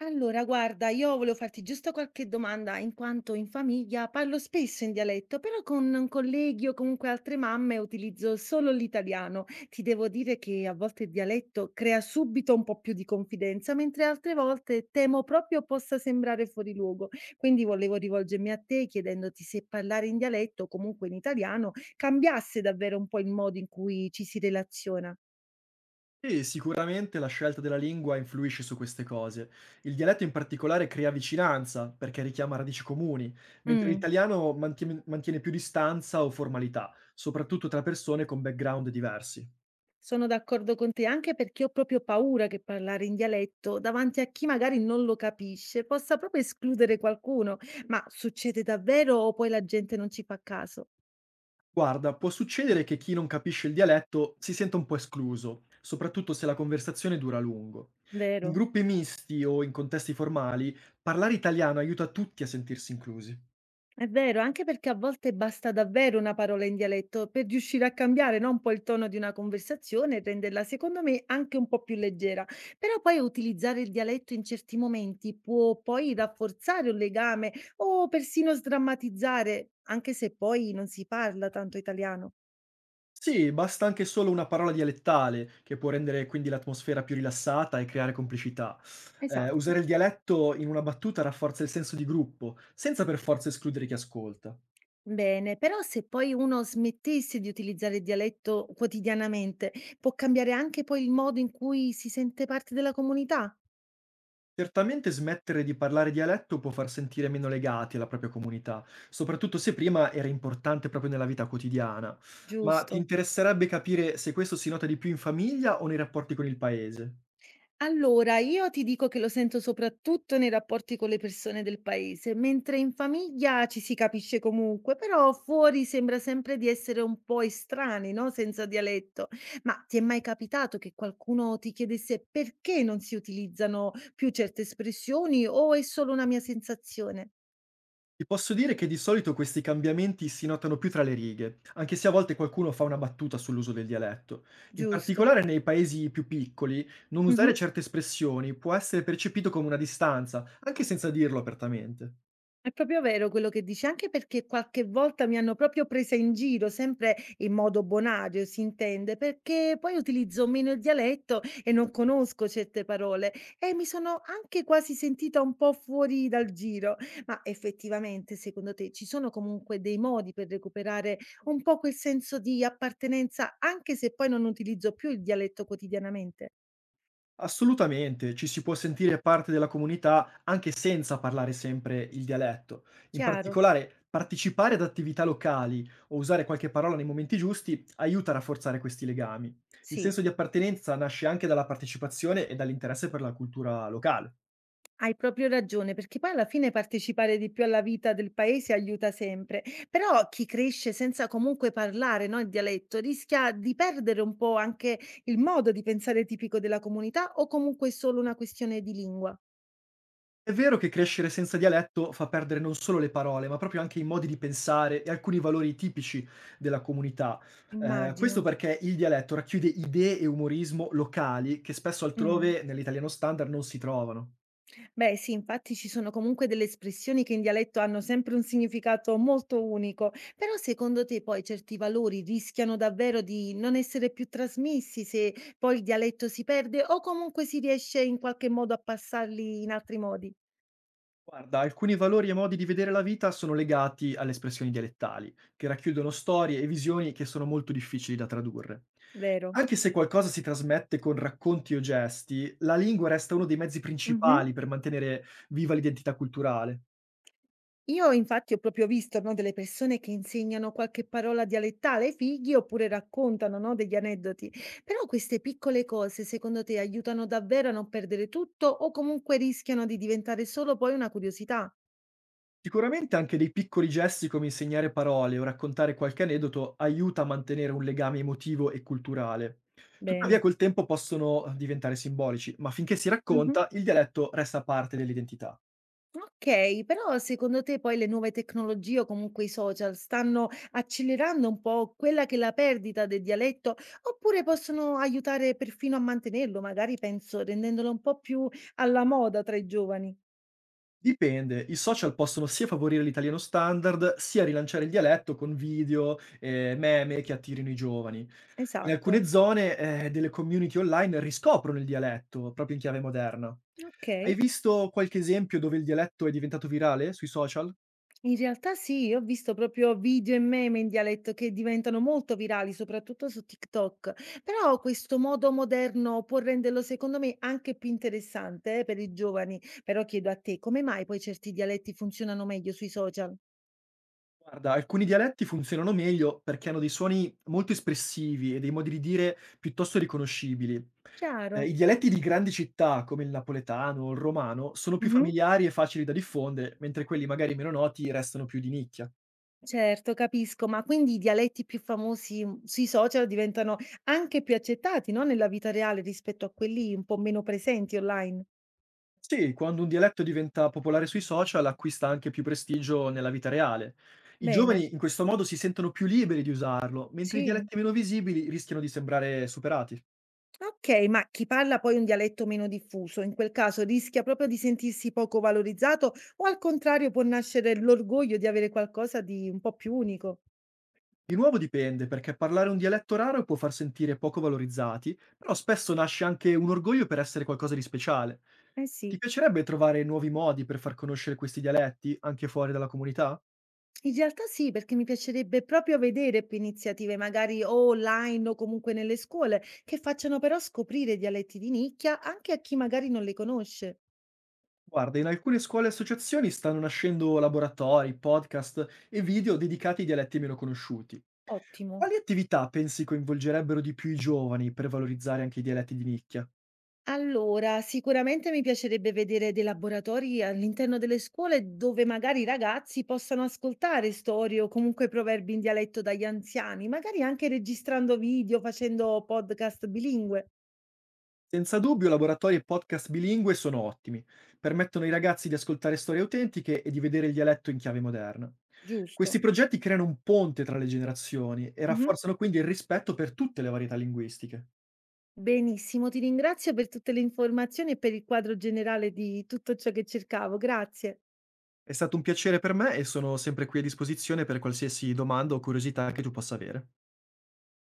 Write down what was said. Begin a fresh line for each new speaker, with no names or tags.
Allora, guarda, io volevo farti giusto qualche domanda, in quanto in famiglia parlo spesso in dialetto, però con colleghi o comunque altre mamme utilizzo solo l'italiano. Ti devo dire che a volte il dialetto crea subito un po' più di confidenza, mentre altre volte temo proprio possa sembrare fuori luogo. Quindi volevo rivolgermi a te chiedendoti se parlare in dialetto o comunque in italiano cambiasse davvero un po' il modo in cui ci si relaziona.
Sì, sicuramente la scelta della lingua influisce su queste cose. Il dialetto in particolare crea vicinanza, perché richiama radici comuni, mentre
Mm.
l'italiano mantiene più distanza o formalità, soprattutto tra persone con background diversi.
Sono d'accordo con te, anche perché ho proprio paura che parlare in dialetto davanti a chi magari non lo capisce possa proprio escludere qualcuno. Ma succede davvero o poi la gente non ci fa caso?
Guarda, può succedere che chi non capisce il dialetto si senta un po' escluso, soprattutto se la conversazione dura a lungo. In
Vero?
gruppi misti o in contesti formali, parlare italiano aiuta tutti a sentirsi inclusi.
È vero, anche perché a volte basta davvero una parola in dialetto per riuscire a cambiare, no, un po' il tono di una conversazione e renderla, secondo me, anche un po' più leggera. Però poi utilizzare il dialetto in certi momenti può poi rafforzare un legame o persino sdrammatizzare, anche se poi non si parla tanto italiano.
Sì, basta anche solo una parola dialettale, che può rendere quindi l'atmosfera più rilassata e creare complicità.
Esatto.
Usare il dialetto in una battuta rafforza il senso di gruppo, senza per forza escludere chi ascolta.
Bene, però se poi uno smettesse di utilizzare il dialetto quotidianamente, può cambiare anche poi il modo in cui si sente parte della comunità,
Certamente smettere di parlare dialetto può far sentire meno legati alla propria comunità, soprattutto se prima era importante proprio nella vita quotidiana. Ma ti
giusto?
interesserebbe capire se questo si nota di più in famiglia o nei rapporti con il paese?
Allora, io ti dico che lo sento soprattutto nei rapporti con le persone del paese, mentre in famiglia ci si capisce comunque, però fuori sembra sempre di essere un po' estranei, no? Senza dialetto. Ma ti è mai capitato che qualcuno ti chiedesse perché non si utilizzano più certe espressioni o è solo una mia sensazione?
Ti posso dire che di solito questi cambiamenti si notano più tra le righe, anche se a volte qualcuno fa una battuta sull'uso del dialetto. In
Giusto?
particolare nei paesi più piccoli, non usare certe espressioni può essere percepito come una distanza, anche senza dirlo apertamente.
È proprio vero quello che dici, anche perché qualche volta mi hanno proprio presa in giro, sempre in modo bonario si intende, perché poi utilizzo meno il dialetto e non conosco certe parole e mi sono anche quasi sentita un po' fuori dal giro. Ma effettivamente, secondo te, ci sono comunque dei modi per recuperare un po' quel senso di appartenenza, anche se poi non utilizzo più il dialetto quotidianamente?
Assolutamente, ci si può sentire parte della comunità anche senza parlare sempre il dialetto. In
Chiaro?
particolare, partecipare ad attività locali o usare qualche parola nei momenti giusti aiuta a rafforzare questi legami. Il
Sì.
senso di appartenenza nasce anche dalla partecipazione e dall'interesse per la cultura locale.
Hai proprio ragione, perché poi alla fine partecipare di più alla vita del paese aiuta sempre. Però chi cresce senza comunque parlare, no, il dialetto rischia di perdere un po' anche il modo di pensare tipico della comunità o comunque è solo una questione di lingua,
È vero che crescere senza dialetto fa perdere non solo le parole, ma proprio anche i modi di pensare e alcuni valori tipici della comunità.
immagino.
Questo perché il dialetto racchiude idee e umorismo locali che spesso
Mm.
altrove nell'italiano standard non si trovano.
Beh sì, infatti ci sono comunque delle espressioni che in dialetto hanno sempre un significato molto unico, però secondo te poi certi valori rischiano davvero di non essere più trasmessi se poi il dialetto si perde o comunque si riesce in qualche modo a passarli in altri modi,
Guarda, alcuni valori e modi di vedere la vita sono legati alle espressioni dialettali, che racchiudono storie e visioni che sono molto difficili da tradurre.
vero?
Anche se qualcosa si trasmette con racconti o gesti, la lingua resta uno dei mezzi principali per mantenere viva l'identità culturale.
Io infatti ho proprio visto, no, delle persone che insegnano qualche parola dialettale ai figli oppure raccontano, no, degli aneddoti. Però queste piccole cose, secondo te, aiutano davvero a non perdere tutto o comunque rischiano di diventare solo poi una curiosità?
Sicuramente anche dei piccoli gesti come insegnare parole o raccontare qualche aneddoto aiuta a mantenere un legame emotivo e culturale. Tuttavia
Bene.
col tempo possono diventare simbolici, ma finché si
Mhm.
racconta il dialetto resta parte dell'identità.
Ok, però secondo te poi le nuove tecnologie o comunque i social stanno accelerando un po' quella che è la perdita del dialetto oppure possono aiutare perfino a mantenerlo, magari penso rendendolo un po' più alla moda tra i giovani?
Dipende, i social possono sia favorire l'italiano standard, sia rilanciare il dialetto con video, meme che attirino i giovani. In
Esatto.
alcune zone, delle community online riscoprono il dialetto, proprio in chiave moderna. Hai
Okay.
visto qualche esempio dove il dialetto è diventato virale sui social?
In realtà sì, io ho visto proprio video e meme in dialetto che diventano molto virali, soprattutto su TikTok, però questo modo moderno può renderlo secondo me anche più interessante, per i giovani. Però chiedo a te, come mai poi certi dialetti funzionano meglio sui social?
Guarda, alcuni dialetti funzionano meglio perché hanno dei suoni molto espressivi e dei modi di dire piuttosto riconoscibili. I
Chiaro.
dialetti di grandi città, come il napoletano o il romano, sono più
Mh-mh.
familiari e facili da diffondere, mentre quelli magari meno noti restano più di nicchia.
Certo, capisco, ma quindi i dialetti più famosi, sui social diventano anche più accettati, no, nella vita reale rispetto a quelli un po' meno presenti online.
Sì, quando un dialetto diventa popolare sui social, acquista anche più prestigio nella vita reale. I
Bene.
giovani in questo modo si sentono più liberi di usarlo, mentre i
Sì.
dialetti meno visibili rischiano di sembrare superati.
Okay, ma chi parla poi un dialetto meno diffuso, in quel caso rischia proprio di sentirsi poco valorizzato o al contrario può nascere l'orgoglio di avere qualcosa di un po' più unico?
Di nuovo dipende, perché parlare un dialetto raro può far sentire poco valorizzati, però spesso nasce anche un orgoglio per essere qualcosa di speciale.
Eh sì.
Ti piacerebbe trovare nuovi modi per far conoscere questi dialetti anche fuori dalla comunità?
In realtà sì, perché mi piacerebbe proprio vedere più iniziative, magari o online o comunque nelle scuole, che facciano però scoprire dialetti di nicchia anche a chi magari non le conosce.
Guarda, in alcune scuole e associazioni stanno nascendo laboratori, podcast e video dedicati ai dialetti meno conosciuti.
Ottimo.
Quali attività pensi coinvolgerebbero di più i giovani per valorizzare anche i dialetti di nicchia?
Allora, sicuramente mi piacerebbe vedere dei laboratori all'interno delle scuole dove magari i ragazzi possano ascoltare storie o comunque proverbi in dialetto dagli anziani, magari anche registrando video, facendo podcast bilingue,
Senza dubbio, laboratori e podcast bilingue sono ottimi. Permettono ai ragazzi di ascoltare storie autentiche e di vedere il dialetto in chiave moderna.
giusto?
Questi progetti creano un ponte tra le generazioni e
Mhm.
rafforzano quindi il rispetto per tutte le varietà linguistiche.
Benissimo, ti ringrazio per tutte le informazioni e per il quadro generale di tutto ciò che cercavo. Grazie.
È stato un piacere per me e sono sempre qui a disposizione per qualsiasi domanda o curiosità che tu possa avere.